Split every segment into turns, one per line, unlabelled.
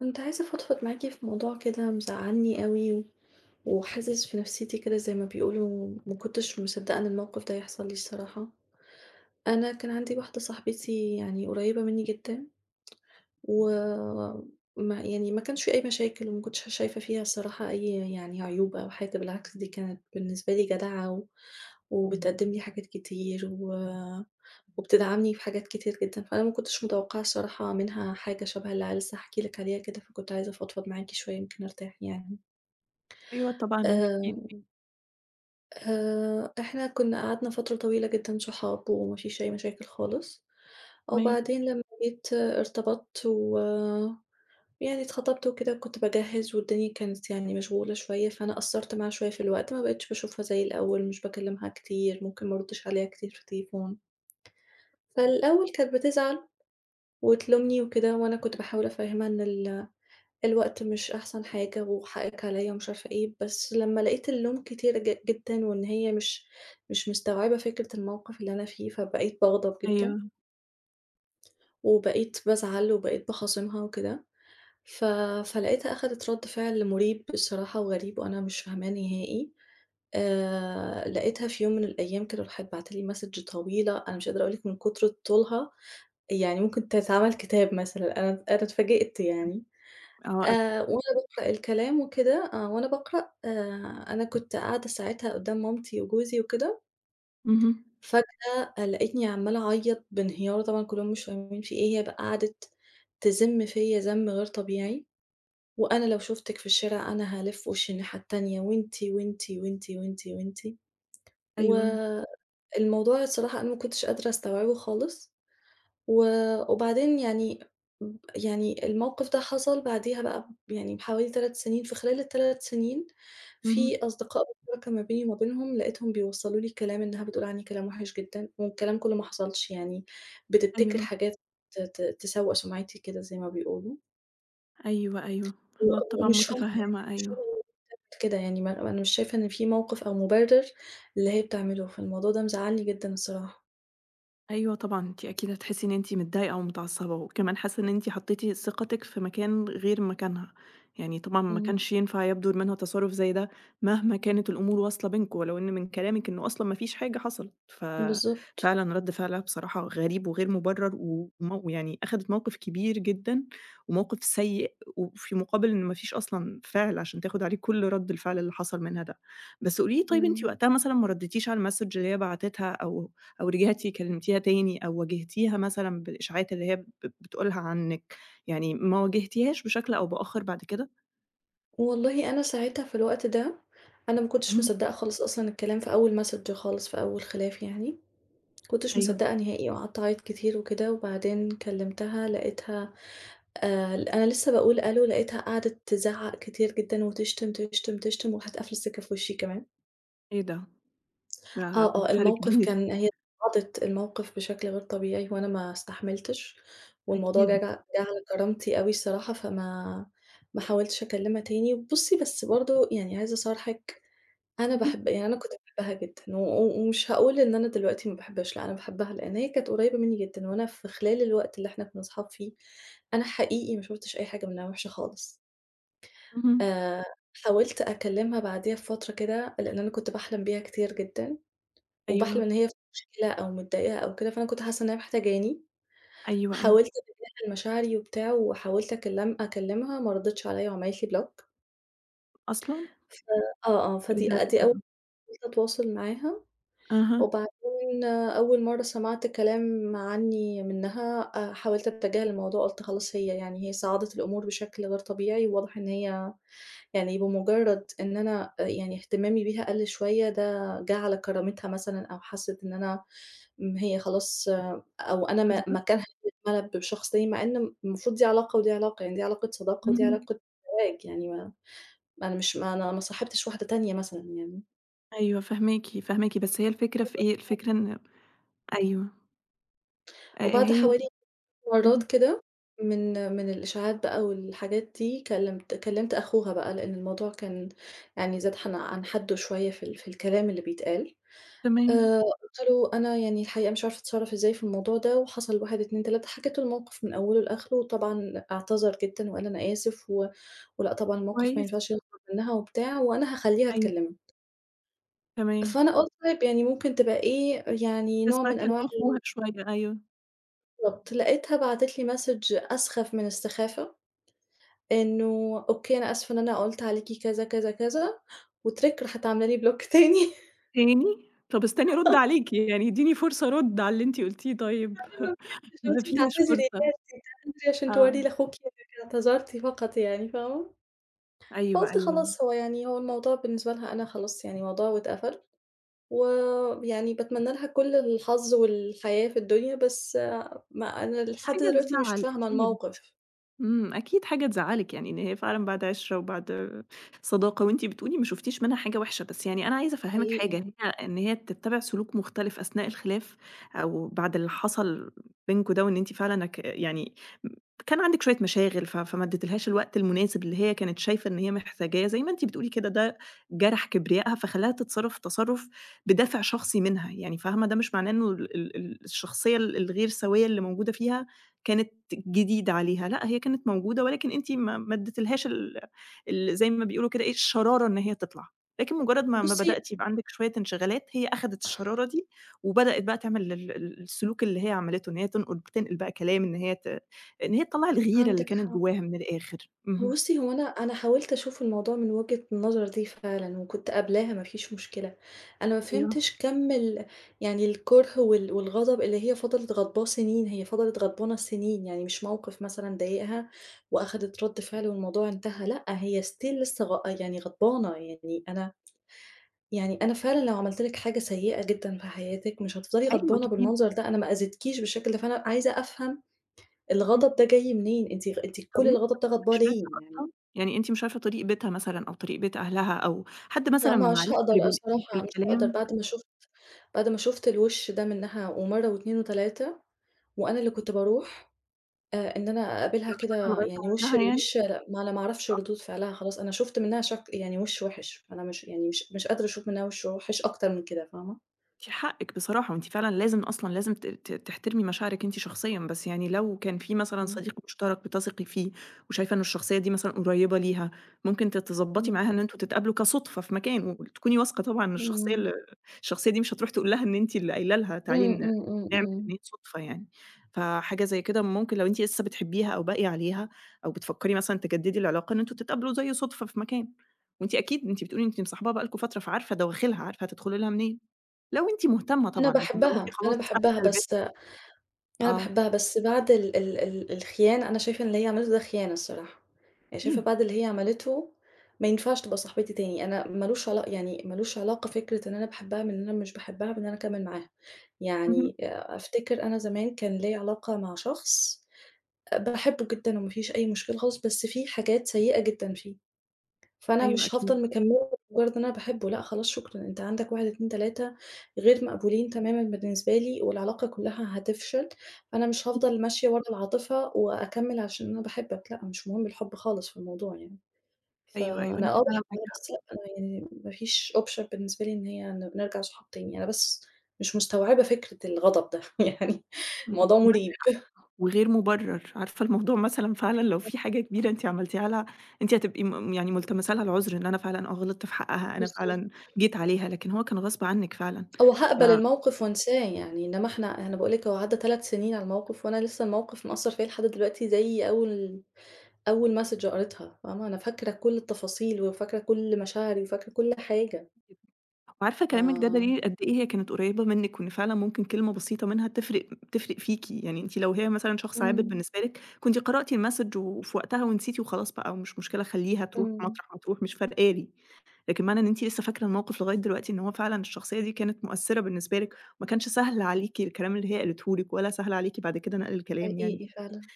كنت عايزة أفضفض معاكِ في موضوع كده مزعّلني أوي و وحازِز في نفسيتي كده زي ما بيقولوا، ما كنتش مصدّقة إن الموقف ده يحصل لي الصراحة. أنا كان عندي واحدة صاحبتي يعني قريّبة منّي جدًا وما يعني ما كانش في أي مشاكل وما كنتش شايفة فيها الصراحة أي يعني عيوب أو حاجة، بالعكس دي كانت بالنسبة لي جدعة و وبتقدّم لي حاجات كتير و وبتدعمني في حاجات كتير جدًا، فأنا ما كنتش متوقعة الصراحة منها حاجة شبه اللي لسه هاحكي لِك عليها كده، فكنت عايزة أفضفض معاكِ شوية يمكن أرتاح يعني.
أيوه طبعًا، احكِ لي،
آآ، إحنا كنا قعدنا فترة طويلة جدًا صحاب وما فيش أي مشاكل خالص،
تمام،
وبعدين لمّا جيت ارتبطت يعني اتخطبت وكده كنت باجهّز والدنيا كانت يعني مشغولة شوية، فأنا قصّرت معاها شوية في الوقت، ما بقيتش باشوفها زي الأول، مش باكلّمها كتير، ممكن ما أردّش عليها كتير في التليفون. فالأول كانت بتزعل وتلومني وكده، وأنا كنت باحاول أفهّمها إن الوقت مش أحسن حاجة وحقِّك عليّا ومش عارفة إيه، بس لمّا لقيت اللوم كتير جدًا وإن هي مش مستوعبة فكرة الموقِف اللي أنا فيه، فبقيت باغضب جدًا
أيوه،
وبقيت بازعل وبقيت باخاصمها وكده. ف فلقيتها أخدت رد فعل مُريب بصراحة وغريب وأنا مش فاهماه نهائي. لقيتها في يوم من الأيام كده راحت باعتة لي message طويلة، أنا مش قادرة أقول لِك من كتر طولها يعني ممكن تتعمل كتاب مثلًا، أنا اتفاجئت يعني.
آه، أكيد،
وأنا باقرأ الكلام وكده وأنا باقرأ أنا كنت قاعدة ساعتها قدّام مامتي وجوزي وكده،
اهم،
فجأة لقيتني عمّالة أعيط بانهيار طبعًا كلّهم مش فاهمين في إيه، هي بقى قعدت تذِم فيّا ذَم غير طبيعي. وأنا لو شُفتِك في الشارع أنا هالِف وشّي الناحية التانية وأنتِ، وأنتِ، وأنتِ، وأنتِ، وأنتِ،
أيوه،
والموضوع الصراحة أنا ما كنتش قادرة أستوعبه خالص، و وبعدين يعني يعني الموقف ده حصل بعديها بقى يعني بحوالي 3 سنين، في خلال ال3 سنين
اهم،
في أصدقاء مشتركة ما بيني وما بينهم، لقيتهم بيوصّلوا لي كلام إنها بتقول عني كلام وِحِش جدًا، والكلام كُلّه ما حصلش يعني، بتبتكر
أيوه،
حاجات ت ت تسوّق سُمعتي كده زي ما بيقولوا.
أيوه، أيوه،
و
أنا طبعًا
ومش فاهمة يعني
متفهمة،
أنا مش
أيوه.
فاهمة هي ليه بتعمل كده يعني ما أنا مش شايفة إن في موقف أو مُبرر للي هي بتعمله، فالموضوع ده مزعّلني جدًا الصراحة.
أيوه طبعًا، أنتِ أكيد هتحسّي إن أنتِ متضايقة ومتعصّبة، وكمان حاسّة إن أنتِ حطّيتِ ثقتِك في مكان غير مكانها، يعني طبعًا ما
إمم.
كانش ينفع يبدُر منها تصرُّف زي ده مهما كانت الأمور واصلة بينكم، ولو إن من كلامِك إنه أصلًا ما فيش حاجة حصلت،
بالضبط.
ففعلًا رَد فعلها بصراحة غريب وغير مُبرّر و ومو يعني أخدِت موقِف كبير جدًا وموقِف سيء، وفي مُقابل إن ما فيش أصلًا فِعل عشان تاخُد عليه كل رَد الفعل اللي حصل منها ده. بس قولي لي طيب أنتِ
إمم.
وقتها مثلًا ما ردّيتيش على الmessage اللي هي بعتِتها أو أو رجعتِ كلمتيها تاني أو واجهتيها مثلًا بالإشاعات اللي هي بتقولها عنِّك، يعني ما واجهتيهاش بشكل أو بآخر بعد كده؟
والله أنا ساعتها في الوقت ده، أنا ما كنتش
اهم،
مصدّقة خالص أصلًا الكلام في أول messenger خالص في أول خلاف يعني، ما كنتش
أيوه،
مصدّقة نهائي وقعدت أعيط كتير وكده، وبعدين كلمتها لقيتها ل أنا لسه باقول ألو لقيتها قعدت تزعّق كتير جدًا وتشتم، تشتم، تشتم وراحت قافلة السكة في وشّي كمان.
إيه ده! ده
آه،
رد
آه،
فعل
الموقف
كبير،
كان هي عرضت الموقف بشكل غير طبيعي وأنا ما استحملتش، والموضوع جه
أكيد.
جه على كرامتي أوي الصراحة، ما حاولتش أكلمها تاني. بُصّي، بس برضه يعني عايزة أصارحِك،
اهم،
أنا كنت باحبها جدًا، و ومش هاقول إن أنا دلوقتي ما باحبهاش، لأ، أنا باحبها، لإن هي كانت قريبة مني جدًا، وأنا في خلال الوقت اللي إحنا كنا صحاب فيه، أنا حقيقي ما شُفتش أي حاجة منها وحشة خالص.
اهم،
آآ، حاولت أكلمها بعديها بفترة كده، لإن أنا كنت باحلم بيها كتير جدًا. وباحلم
أيوه،
إن هي في مشكلة أو متضايقة أو كده، فأنا كنت حاسة إن هي محتاجاني،
أيوه، أيوه،
حاولت أتجاهل مشاعري وبتاع، وحاولت أكلمها ما ردِتش عليَّ وعملت لي بلوك،
أصلًا!
ف آه، آه،
إيه
فدي
ده ليه
دي أول
كده؟
غلطة أتواصل معاها،
أها،
وبعدين أول مرة سمعت كلام عني منها حاولت أتجاهل الموضوع، قُلت خلاص هي صعّدت الأمور بشكل غير طبيعي، وواضح إن هي يعني بمجرد إن أنا اهتمامي بيها قَل شوية، ده جه على كرامتها مثلًا أو حسِّت إن أنا م هي خلاص أو أنا م
بالضبط،
مكانها اتملى بشخص تاني، مع إن المفروض دي علاقة ودي علاقة، يعني دي علاقة صداقة ودي
اهم،
علاقة زواج، يعني ما ما أنا مش ما أنا ما صاحبتش واحدة تانية مثلًا يعني.
أيوه فاهماكِ، فاهماكِ، بس هي الفكرة في إيه، الفكرة إن أيوه،
وبعد
هي
حوالي مرات
اهم،
كده من الإشاعات بقى والحاجات دي، كلّمت أخوها بقى، لإن الموضوع كان يعني زاد حن عن حدُّه شوية في ال في الكلام اللي بيتقال.
تمام،
قُلت له: "أنا يعني الحقيقة مش عارفة أتصرّف إزاي في الموضوع ده، وحصل 1، 2، 3" حكيت له الموقف من أوله لآخره، وطبعًا اعتذر جدًا وقال: "أنا آسف ولأ طبعًا الموقف ما
كويس،
ينفعش يخرج منها." وبتاع، وأنا هاخلّيها
أيوه،
تكلمه.
تمام،
فأنا قُلت طيب يعني ممكن تبقى إيه، يعني نوع
تسمع
من
كلام
أنواع
أخوها شوية، أيوه.
الربط. لقيتها بعتت لي message أسخف من السخافة، إنه "أوكي أنا آسفة إن أنا قُلت عليكِ كذا، كذا، كذا." وتِرِك راحت عاملة لي block تاني.
تاني! طب استني أرُد عليكِ، يعني ادّيني فرصة أرُد على اللي أنتِ قُلتيه طيب.
أنا ما
ما
فهمتش أنتِ
فيش
بتعتذري ليه؟
فرصة.
أنتِ بتعتذري عشان تورّي
آه.
لأخوكِ إنِّك اعتذرتِ فقط يعني فاهمة؟
أيوه،
فقُلت
أيوه.
خلاص هو يعني هو الموضوع بالنسبة لها أنا خلاص يعني موضوع اتقفل، ويعني باتمنى لها كل الحظ والحياة في الدنيا، بس ما أنا لحد
حاجة
دلوقتي مش
تزعّل
فاهمة
أكيد.
الموقف
إمم، أكيد حاجة تزعّلِك، يعني إن هي فعلًا بعد عِشرة وبعد صداقة، وأنتِ بتقولي ما شُفتيش منها حاجة وحشة، بس يعني أنا عايزة أفهّمِك
حقيقي.
حاجة، إن هي تتّبع سلوك مختلف أثناء الخلاف أو بعد اللي حصل بينكم ده، وإن أنتِ فعلًا يعني م كان عندِك شوية مشاغل فما اديتلهاش الوقت المناسب اللي هي كانت شايفة إن هي محتاجاه، زي ما أنتِ بتقولي كده ده جرح كبريائها، فخلّاها تتصرّف تصرُّف بدافع شخصي منها، يعني فاهمة، ده مش معناه إنه ال ال ال الشخصية ال الغير سوية اللي موجودة فيها كانت جديدة عليها، لأ هي كانت موجودة ولكن أنتِ ما اديتلهاش ال ال زي ما بيقولوا كده إيه، الشرارة إن هي تطلع، لكن مجرد ما
بُصّي
بدأتِ يبقى عندِك شوية انشغالات، هي أخدت الشرارة دي وبدأت بقى تعمل ال ال السلوك اللي هي عملته، إن هي بتنقل بقى كلام، إن هي تطلّع الغيرة اللي
عندِك
كانت
حق.
جواها من الآخر. اهم.
بُصّي، هو أنا حاولت أشوف الموضوع من وجهة النظر دي فعلًا، وكنت قابلاها ما فيش مشكلة، أنا ما
أيوه،
فهمتش كَم ال يعني الكره وال والغضب اللي هي فضلت غضباه سنين، هي فضلت غضبانة سنين، يعني مش موقف مثلًا ضايقها وأخدت رد فعل والموضوع انتهى، لأ، هي still لسه غ يعني غضبانة، أنا فعلًا لو عملت لِك حاجة سيئة جدًا في حياتِك مش هتفضلي
أيوه
غضبانة
كتير.
بالمنظر ده، أنا ما أذيتكيش بالشكل ده، فأنا عايزة أفهم
اهم.
الغضب ده جاي منين، أنتِ
طب
كل
أنتِ
الغضب
ما
ده غضباه
رُحتيش
ليه؟
بيتها أصلًا؟ يعني أنتِ مش عارفة طريق بيتها مثلًا أو طريق بيت أهلها أو حد
لأ
مثلًا من معارفِك اللي بينقل لِك
مش هاقدر
الكلام،
بعد ما شُفت الوِش ده منها ومَرّة و2 و3 وأنا اللي كنت باروح إن أنا أقابلها
رُحتِ لها
كده
لغاية
يعني وِش
عندها يعني؟
لوِش لأ ما أنا ما أعرفش ردود فعلها خلاص، أنا شُفت منها شكل يعني وِش وِحِش، أنا مش يعني مش مش قادرة أشوف منها وِش وِحِش أكتر من كده فاهمة؟
أنتِ حقِّك بصراحة، وأنتِ فعلًا لازم أصلًا لازم ت ت تحترمي مشاعرِك أنتِ شخصيًا، بس يعني لو كان في مثلًا
إمم.
صديق مشترك بتثقي فيه، وشايفة إن الشخصية دي مثلًا قريبة ليها، ممكن تضبّطي
إمم.
معاها إن أنتم تتقابلوا كصُدفة في مكان، وتكوني واثقة طبعًا إن
إمم.
الشخصية دي مش هتروح تقول لها إن أنتِ اللي قايلة لها تعالي
إمم، إمم، إمم،
نعمل
إمم.
إن هي صُدفة يعني. فحاجة زي كده ممكن لو أنتِ لسه بتحبيها أو باقية عليها، أو بتفكّري مثلًا تجدّدي العلاقة، إن أنتم تتقابلوا زي صُدفة في مكان، وأنتِ أكيد أنتِ بتقولي أنتِ مصاحباها بقى لكم فترة، فعارفة دواخلها، عارفة هتدخلي لها منين. لو أنتِ مهتمة
أنا
طبعًا، لكن لو أنتِ
باحبها، أنا
خلاص قافلة
باحبها
الباب
بس أنا
آه،
باحبها، بس بعد ال ال ال الخيانة أنا شايفة إن اللي هي عملته ده خيانة الصراحة، يعني شايفة
أكيد،
بعد اللي هي عملته ما ينفعش تبقى صاحبتي تاني، أنا ما لوش علا يعني ما لوش علاقة فكرة إن أنا باحبها من إن أنا مش باحبها بإن أنا أكمّل معاها،
اهم،
يعني أفتكر أنا زمان كان ليّا علاقة مع شخص باحبه جدًا وما فيش أي مشكلة خالص، بس في حاجات سيئة جدًا فيه. فأنا
أيوه
مش
أكيد،
هافضل مكمّلة لمجرد إن أنا باحبه، لأ خلاص شكرًا، أنت عندك 1، 2، 3 غير مقبولين تمامًا بالنسبة لي والعلاقة كلّها هتفشل، فأنا مش هافضل ماشية ورا العاطفة وأكمّل عشان أنا باحبك، لأ مش مهم الحب خالص في الموضوع يعني.
أيوه، أيوه
فأنا
أنتِ
آه
فعلًا معاكِ
باحبها بس
حق،
لأ أنا يعني ما فيش option بالنسبة لي إن هي نرجع صحاب تاني، أنا بس مش مستوعبة فكرة الغضب ده يعني
أنا متفقة
الموضوع مُريب.
معاكِ وغير مبرر، عارفة الموضوع مثلًا فعلًا لو في حاجة كبيرة أنتِ عملتيها لها أنتِ هتبقي يعني ملتمسة لها العذر إن أنا فعلًا آه غلطت في حقها، أنا
بالضبط.
فعلًا جيت عليها، لكن هو كان غصب عنِّك فعلًا،
هو
ف
هاقبل الموقف وانساه يعني، إنما إحنا أنا باقول لِك هو عدّى 3 سنين على الموقف، وأنا لسه الموقف مأثّر فيّا لحد دلوقتي زي أول message قريتها، فاهمة؟ أنا فاكرة كل التفاصيل، وفاكرة كل مشاعري، وفاكرة كل حاجة،
وعارفة كلامِك ده دليل
ف
قد إيه هي كانت قريبة منِّك، وإن فعلًا ممكن كلمة بسيطة منها تفرق فيكِ، يعني أنتِ لو هي مثلًا شخص عابر
إمم،
بالنسبة لِك، كنتِ قرأتِ المسج وفي وقتها ونسيتِ وخلاص بقى مش مشكلة خلّيها تروح
إمم،
مطرح ما تروح مش فارقة لي، لكن معنى إن أنتِ لسه فاكرة الموقف لغاية دلوقتي إن هو فعلًا الشخصية دي كانت مؤثرة بالنسبة لِك، وما كانش سهل عليكِ الكلام اللي هي قالته لِك، ولا سهل عليكِ بعد كده نقل الكلام يعني.
حقيقي فعلًا،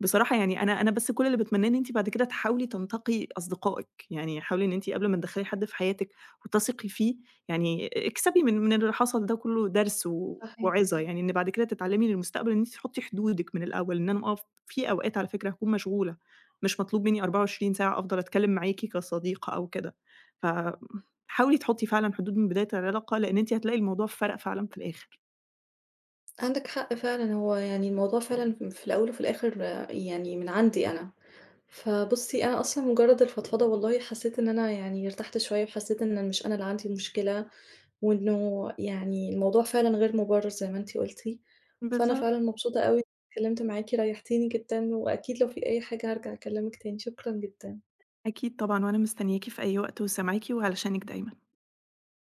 بصراحة يعني أنا بس كل اللي باتمناه إن أنتِ بعد كده تحاولي تنتقي أصدقائِك، يعني حاولي إن أنتِ قبل ما تدخّلي حد في حياتِك وتثقي فيه، يعني اكسبي من اللي حصل ده كله درس و
صحيح،
وعظة، يعني إن بعد كده تتعلمي للمستقبل إن أنتِ تحطي حدودِك من الأول، إن أنا أقف في أوقات على فكرة هاكون مشغولة، مش مطلوب مني 24 ساعة أفضل أتكلم معاكِ كصديقة أو كده، ف حاولي تحطي فعلًا حدود من بداية العلاقة، لإن أنتِ هتلاقي الموضوع فرق فعلًا في الآخر.
عندِك حق فعلًا، هو يعني الموضوع فعلًا في الأول وفي الآخر آه، يعني من عندي أنا. فبُصّي، أنا أصلًا مجرّد الفضفضة والله حسّيت إن أنا يعني ارتحت شوية، وحسّيت إن مش أنا اللي عندي المشكلة. وإنه يعني الموضوع فعلًا غير مُبرّر زي ما أنتِ قُلتِ، فأنا
بالضبط،
فعلًا مبسوطة أوي إني اتكلمت معاكِ، ريّحتيني جدًا، وأكيد لو في أي حاجة هارجع أكلمِك تاني، شكرًا جدًا.
أكيد طبعًا، وأنا مستنياكِ في أي وقت وسامعاكِ وعلشانِك دايمًا.